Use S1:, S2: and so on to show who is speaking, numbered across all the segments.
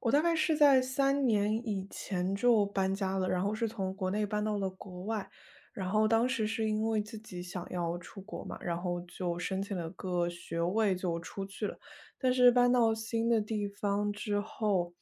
S1: 我大概是在3年以前就搬家了，然后是从国内搬到了国外。然后当时是因为自己想要出国嘛，然后就申请了个学位就出去了。但是搬到新的地方之后，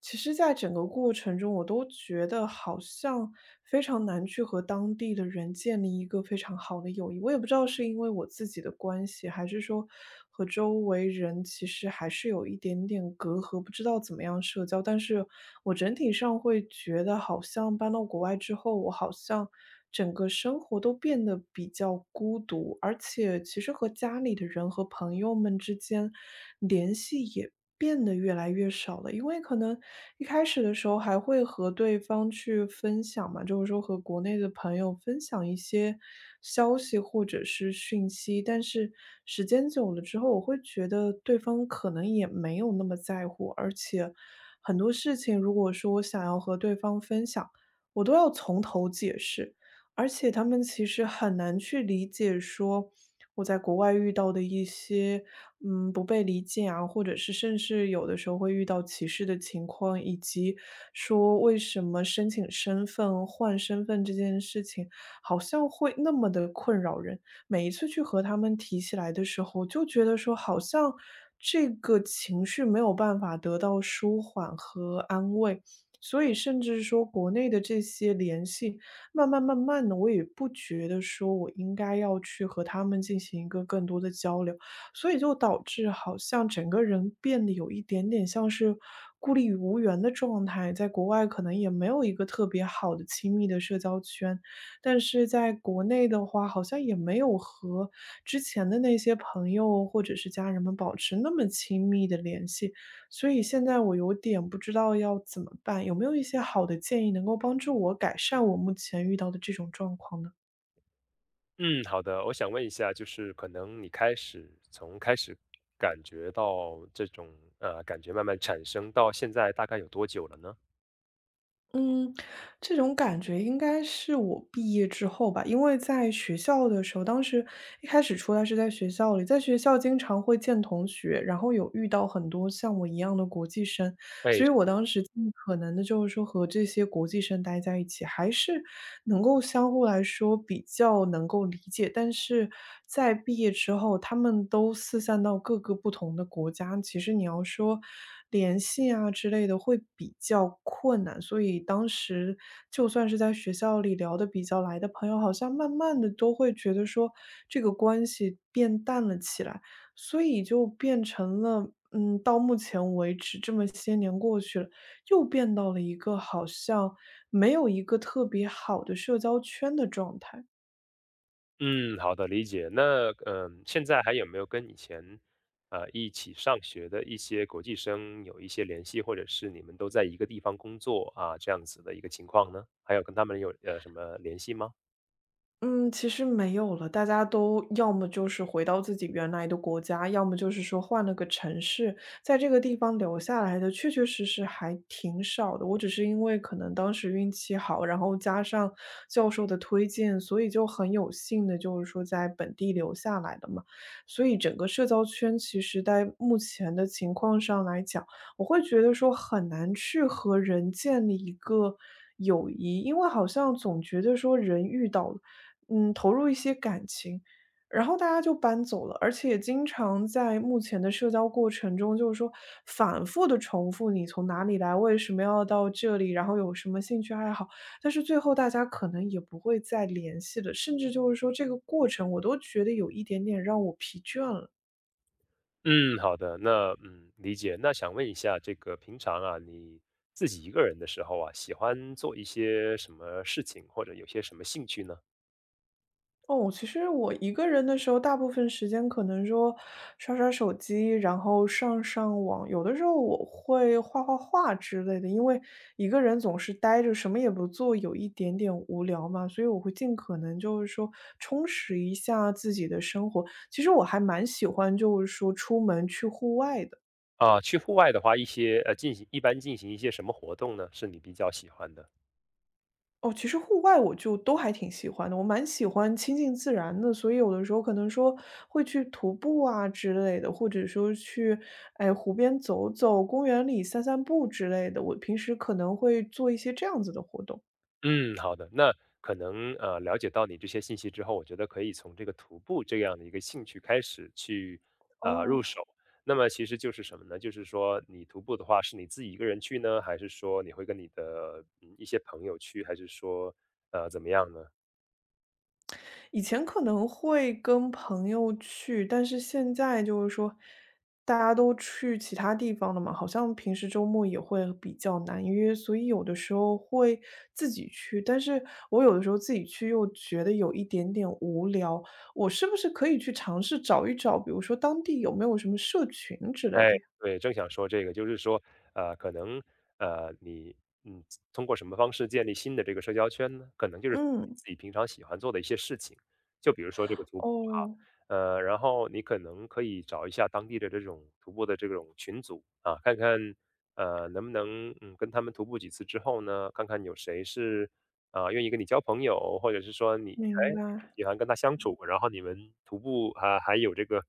S1: 其实在整个过程中，我都觉得好像非常难去和当地的人建立一个非常好的友谊。我也不知道是因为我自己的关系，还是说和周围人其实还是有一点点隔阂，不知道怎么样社交。但是我整体上会觉得，好像搬到国外之后，我好像整个生活都变得比较孤独，而且其实和家里的人和朋友们之间联系也变得越来越少了。因为可能一开始的时候还会和对方去分享嘛，就是说和国内的朋友分享一些消息或者是讯息，但是时间久了之后，我会觉得对方可能也没有那么在乎，而且很多事情如果说我想要和对方分享，我都要从头解释。而且他们其实很难去理解说，我在国外遇到的一些，不被理解啊，或者是甚至有的时候会遇到歧视的情况，以及说为什么申请身份、换身份这件事情，好像会那么的困扰人。每一次去和他们提起来的时候，就觉得说好像这个情绪没有办法得到舒缓和安慰。所以，甚至说国内的这些联系，慢慢慢慢的，我也不觉得说我应该要去和他们进行一个更多的交流，所以就导致好像整个人变得有一点点像是孤立无援的状态。在国外可能也没有一个特别好的亲密的社交圈，但是在国内的话，好像也没有和之前的那些朋友或者是家人们保持那么亲密的联系。所以现在我有点不知道要怎么办，有没有一些好的建议能够帮助我改善我目前遇到的这种状况呢？
S2: 嗯，好的。我想问一下，就是可能你从开始感觉到这种感觉慢慢产生到现在大概有多久了呢？
S1: 嗯，这种感觉应该是我毕业之后吧，因为在学校的时候，当时一开始出来是在学校里，在学校经常会见同学，然后有遇到很多像我一样的国际生，
S2: 哎，
S1: 所以我当时尽可能的就是说和这些国际生待在一起，还是能够相互来说比较能够理解。但是在毕业之后，他们都四散到各个不同的国家，其实你要说。联系啊之类的会比较困难，所以当时就算是在学校里聊的比较来的朋友，好像慢慢的都会觉得说这个关系变淡了起来，所以就变成了，到目前为止这么些年过去了，又变到了一个好像没有一个特别好的社交圈的状态。
S2: 嗯，好的，理解。那现在还有没有跟以前一起上学的一些国际生有一些联系，或者是你们都在一个地方工作啊这样子的一个情况呢？还有跟他们有什么联系吗？
S1: 嗯，其实没有了，大家都要么就是回到自己原来的国家，要么就是说换了个城市，在这个地方留下来的确确实实还挺少的。我只是因为可能当时运气好，然后加上教授的推荐，所以就很有幸的，就是说在本地留下来的嘛。所以整个社交圈其实在目前的情况上来讲。我会觉得说很难去和人建立一个友谊，因为好像总觉得说人遇到，了，投入一些感情，然后大家就搬走了，而且也经常在目前的社交过程中，就是说反复的重复你从哪里来，为什么要到这里，然后有什么兴趣爱好，但是最后大家可能也不会再联系了，甚至就是说这个过程我都觉得有一点点让我疲倦了。
S2: 嗯，好的，那理解。那想问一下，这个平常啊，你自己一个人的时候啊，喜欢做一些什么事情，或者有些什么兴趣呢？
S1: 哦，其实我一个人的时候，大部分时间可能说刷刷手机，然后上上网，有的时候我会画画画之类的，因为一个人总是待着，什么也不做，有一点点无聊嘛，所以我会尽可能就是说充实一下自己的生活。其实我还蛮喜欢就是说出门去户外的。
S2: 啊，去户外的话，一些一般进行一些什么活动呢？是你比较喜欢的？
S1: 哦，其实户外我就都还挺喜欢的，我蛮喜欢亲近自然的，所以有的时候可能说会去徒步啊之类的，或者说去，哎，湖边走走，公园里散散步之类的，我平时可能会做一些这样子的活动。
S2: 嗯，好的。那可能了解到你这些信息之后，我觉得可以从这个徒步这样的一个兴趣开始去
S1: 哦。
S2: 入手。那么其实就是什么呢？就是说你徒步的话，是你自己一个人去呢，还是说你会跟你的一些朋友去，还是说怎么样呢？
S1: 以前可能会跟朋友去，但是现在就是说，大家都去其他地方了嘛，好像平时周末也会比较难约，所以有的时候会自己去，但是我有的时候自己去又觉得有一点点无聊，我是不是可以去尝试找一找，比如说当地有没有什么社群之类
S2: 哎，
S1: 的呀？
S2: 对，正想说这个，就是说，可能，你，嗯，通过什么方式建立新的这个社交圈呢？可能就是通过你
S1: 嗯，
S2: 自己平常喜欢做的一些事情，就比如说这个徒步
S1: 哦，
S2: 哈，然后你可能可以找一下当地的这种徒步的这种群组啊，看看，能不能，跟他们徒步几次之后呢，看看有谁是，啊，愿意跟你交朋友，或者是说你，
S1: 明
S2: 哎，你
S1: 白，
S2: 喜欢跟他相处，然后你们徒步啊，还有这个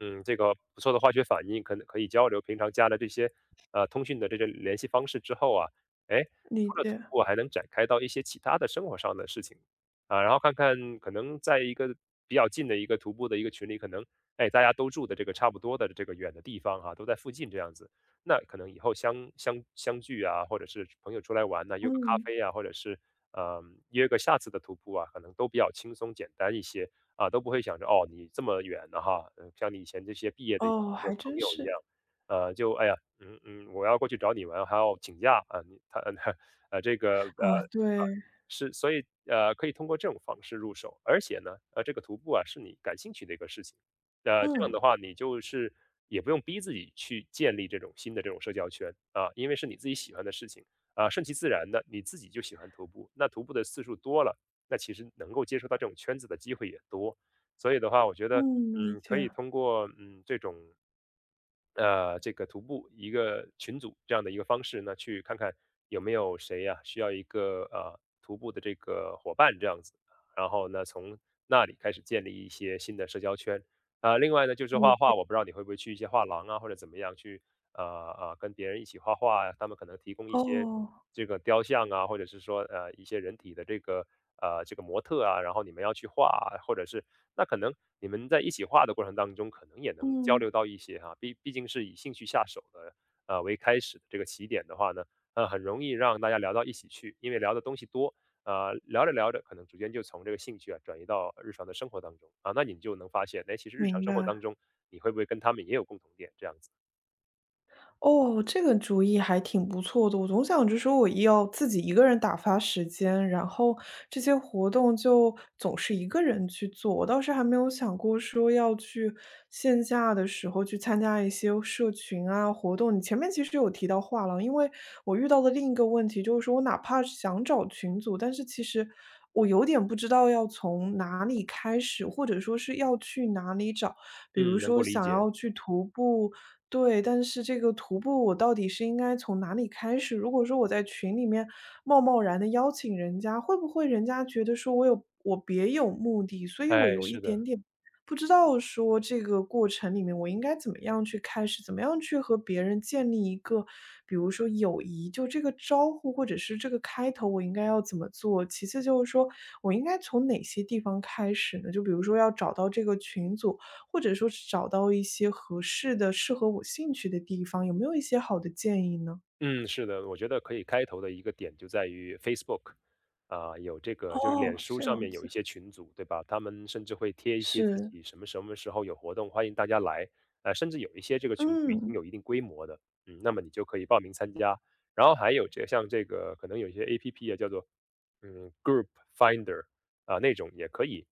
S2: 嗯，这个不错的化学反应，可能可以交流。平常加了这些通讯的这些联系方式之后啊，哎，
S1: 理
S2: 除了
S1: 解，
S2: 徒步，还能展开到一些其他的生活上的事情啊，然后看看可能在一个比较近的一个徒步的一个群里，可能哎大家都住的这个差不多的这个远的地方哈，都在附近这样子，那可能以后相聚啊，或者是朋友出来玩呐，约个咖
S1: 嗯，
S2: 啡啊，或者是约个下次的徒步啊，可能都比较轻松简单一些。啊，都不会想着哦，你这么远的哈，像你以前这些毕业的一
S1: 哦，还
S2: 个朋
S1: 真
S2: 友一样，
S1: 是，
S2: 就哎呀，我要过去找你玩，还要请假啊，你他 这个
S1: 啊，对，
S2: 是，所以可以通过这种方式入手，而且呢，这个徒步啊是你感兴趣的一个事情，这样
S1: 嗯，
S2: 的话你就是也不用逼自己去建立这种新的这种社交圈啊，因为是你自己喜欢的事情啊，顺其自然的，你自己就喜欢徒步，那徒步的次数多了，那其实能够接触到这种圈子的机会也多，所以的话，我觉得
S1: 嗯，理
S2: 可
S1: 解，
S2: 以通过这种这个徒步一个群组这样的一个方式呢，去看看有没有谁呀，需要一个徒步的这个伙伴这样子，然后呢从那里开始建立一些新的社交圈。啊，另外呢就是
S1: 理
S2: 画画，我不知道你会不会去一些画廊啊或者怎么样去呃跟别人一起画画呀，他们可能提供一些
S1: 哦，
S2: 这个雕像啊，或者是说一些人体的这个模特啊，然后你们要去画啊，或者是那可能你们在一起画的过程当中，可能也能交
S1: 嗯，
S2: 流到一些哈，毕竟是以兴趣下手的为开始的这个起点的话呢，很容易让大家聊到一起去，因为聊的东西多。聊着聊着，可能逐渐就从这个兴趣啊转移到日常的生活当中啊，那你就能发现，哎，其实日常
S1: 明
S2: 生活
S1: 白。
S2: 当中，你会不会跟他们也有共同点？这样子，
S1: 哦，这个主意还挺不错的。我总想着说我要自己一个人打发时间，然后这些活动就总是一个人去做。我倒是还没有想过说要去线下的时候去参加一些社群啊活动。你前面其实有提到画廊，因为我遇到的另一个问题就是说我哪怕是想找群组，但是其实我有点不知道要从哪里开始，或者说是要去哪里找。比如
S2: 嗯，能
S1: 说
S2: 够理
S1: 想
S2: 解。
S1: 要去徒步。对，但是这个徒步我到底是应该从哪里开始？如果说我在群里面贸贸然的邀请人家，会不会人家觉得说我有我别有目的？所以我
S2: 哎，
S1: 有一
S2: 是
S1: 点
S2: 的，
S1: 点不知道说这个过程里面我应该怎么样去开始，怎么样去和别人建立一个，比如说友谊，就这个招呼或者是这个开头我应该要怎么做？其次就是说我应该从哪些地方开始呢？就比如说要找到这个群组，或者说是找到一些合适的、适合我兴趣的地方，有没有一些好的建议呢？
S2: 嗯，是的，我觉得可以开头的一个点就在于 Facebook，啊，有这个就是脸
S1: 哦，
S2: 书
S1: 这
S2: 上
S1: 样
S2: 面有一
S1: 子，
S2: 些群组，对吧？他们甚至会贴一些自
S1: 是。
S2: 己什么什么时候有活动，欢迎大家来，甚至有一些这个群组已经
S1: 嗯，
S2: 有一定规模的，嗯，那么你就可以报名参加。然后还有像这个可能有一些 APP 啊，叫做Group Finder 啊那种也可以，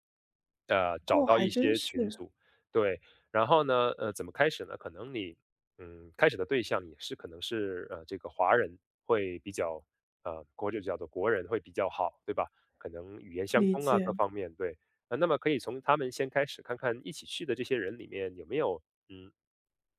S2: 找
S1: 哦，
S2: 到
S1: 还
S2: 一
S1: 真
S2: 些群
S1: 是，
S2: 组，对。然后呢，怎么开始呢？可能你开始的对象也是可能是这个华人会比较就叫做国人会比较好，对吧？可能语言相
S1: 理
S2: 通啊，
S1: 解，
S2: 各方面对。那么可以从他们先开始看看，一起去的这些人里面有没有嗯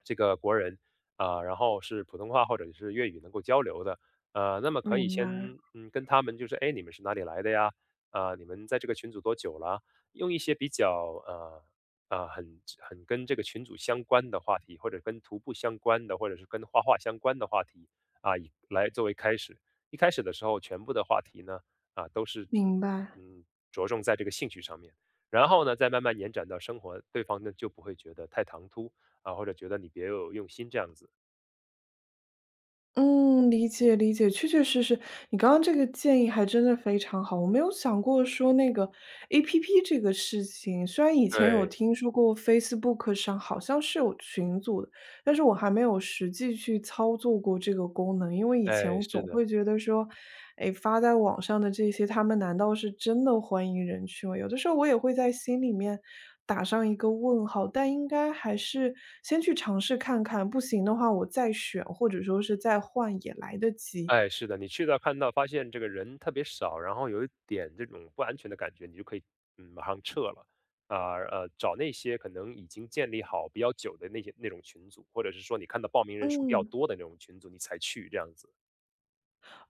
S2: 这个国人啊，然后是普通话或者是粤语能够交流的，那么可以
S1: 明白。
S2: 先跟他们就是，哎，你们是哪里来的呀？啊，你们在这个群组多久了？用一些比较很跟这个群组相关的话题，或者跟徒步相关的，或者是跟画画相关的话题啊，以来作为开始。一开始的时候，全部的话题呢都是
S1: 明白。
S2: 嗯着重在这个兴趣上面。然后呢，再慢慢延展到生活，对方呢就不会觉得太唐突啊，或者觉得你别有用心这样子。
S1: 嗯，理解理解，确确实实，你刚刚这个建议还真的非常好。我没有想过说那个 APP 这个事情，虽然以前有
S2: 对，
S1: 听说过 Facebook 上好像是有群组的，但是我还没有实际去操作过这个功能，因为以前
S2: 哎，
S1: 我
S2: 是
S1: 总
S2: 的，
S1: 会觉得说，哎，发在网上的这些，他们难道是真的欢迎人去吗？有的时候我也会在心里面打上一个问号，但应该还是先去尝试看看，不行的话我再选，或者说是再换也来得及。
S2: 哎，是的，你去到看到发现这个人特别少，然后有一点这种不安全的感觉，你就可以马上撤了啊找那些可能已经建立好比较久的那种群组，或者是说你看到报名人数比较
S1: 嗯。
S2: 多的那种群组，你才去这样子。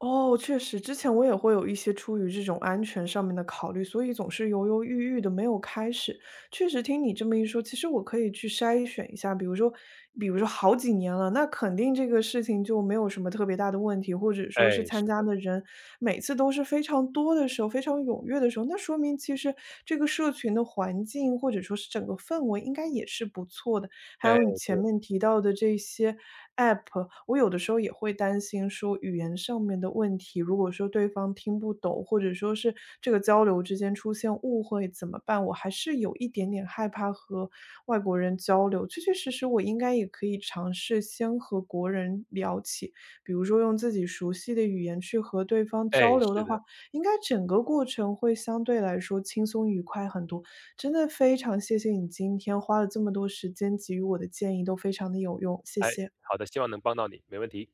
S1: 哦，确实，之前我也会有一些出于这种安全上面的考虑，所以总是犹犹豫豫的，没有开始。确实，听你这么一说，其实我可以去筛选一下，比如说，比如说好几年了，那肯定这个事情就没有什么特别大的问题，或者说是
S2: 哎，是
S1: 参加
S2: 的，
S1: 的人每次都是非常多的时候，非常踊跃的时候，那说明其实这个社群的环境或者说是整个氛围应该也是不错的。还
S2: 哎，
S1: 有你前
S2: 对，
S1: 面提到的这些 App，我有的时候也会担心说语言上面的问题，如果说对方听不懂，或者说是这个交流之间出现误会怎么办？我还是有一点点害怕和外国人交流。确确实实，我应该也可以尝试先和国人聊起，比如说用自己熟悉的语言去和对方交
S2: 哎，
S1: 流
S2: 是
S1: 的话，
S2: 的，
S1: 应该整个过程会相对来说轻松愉快很多。真的非常谢谢你今天花了这么多时间给予我的建议，都非常的有用，谢
S2: 哎，
S1: 谢。
S2: 好的，希望能帮到你，没问题。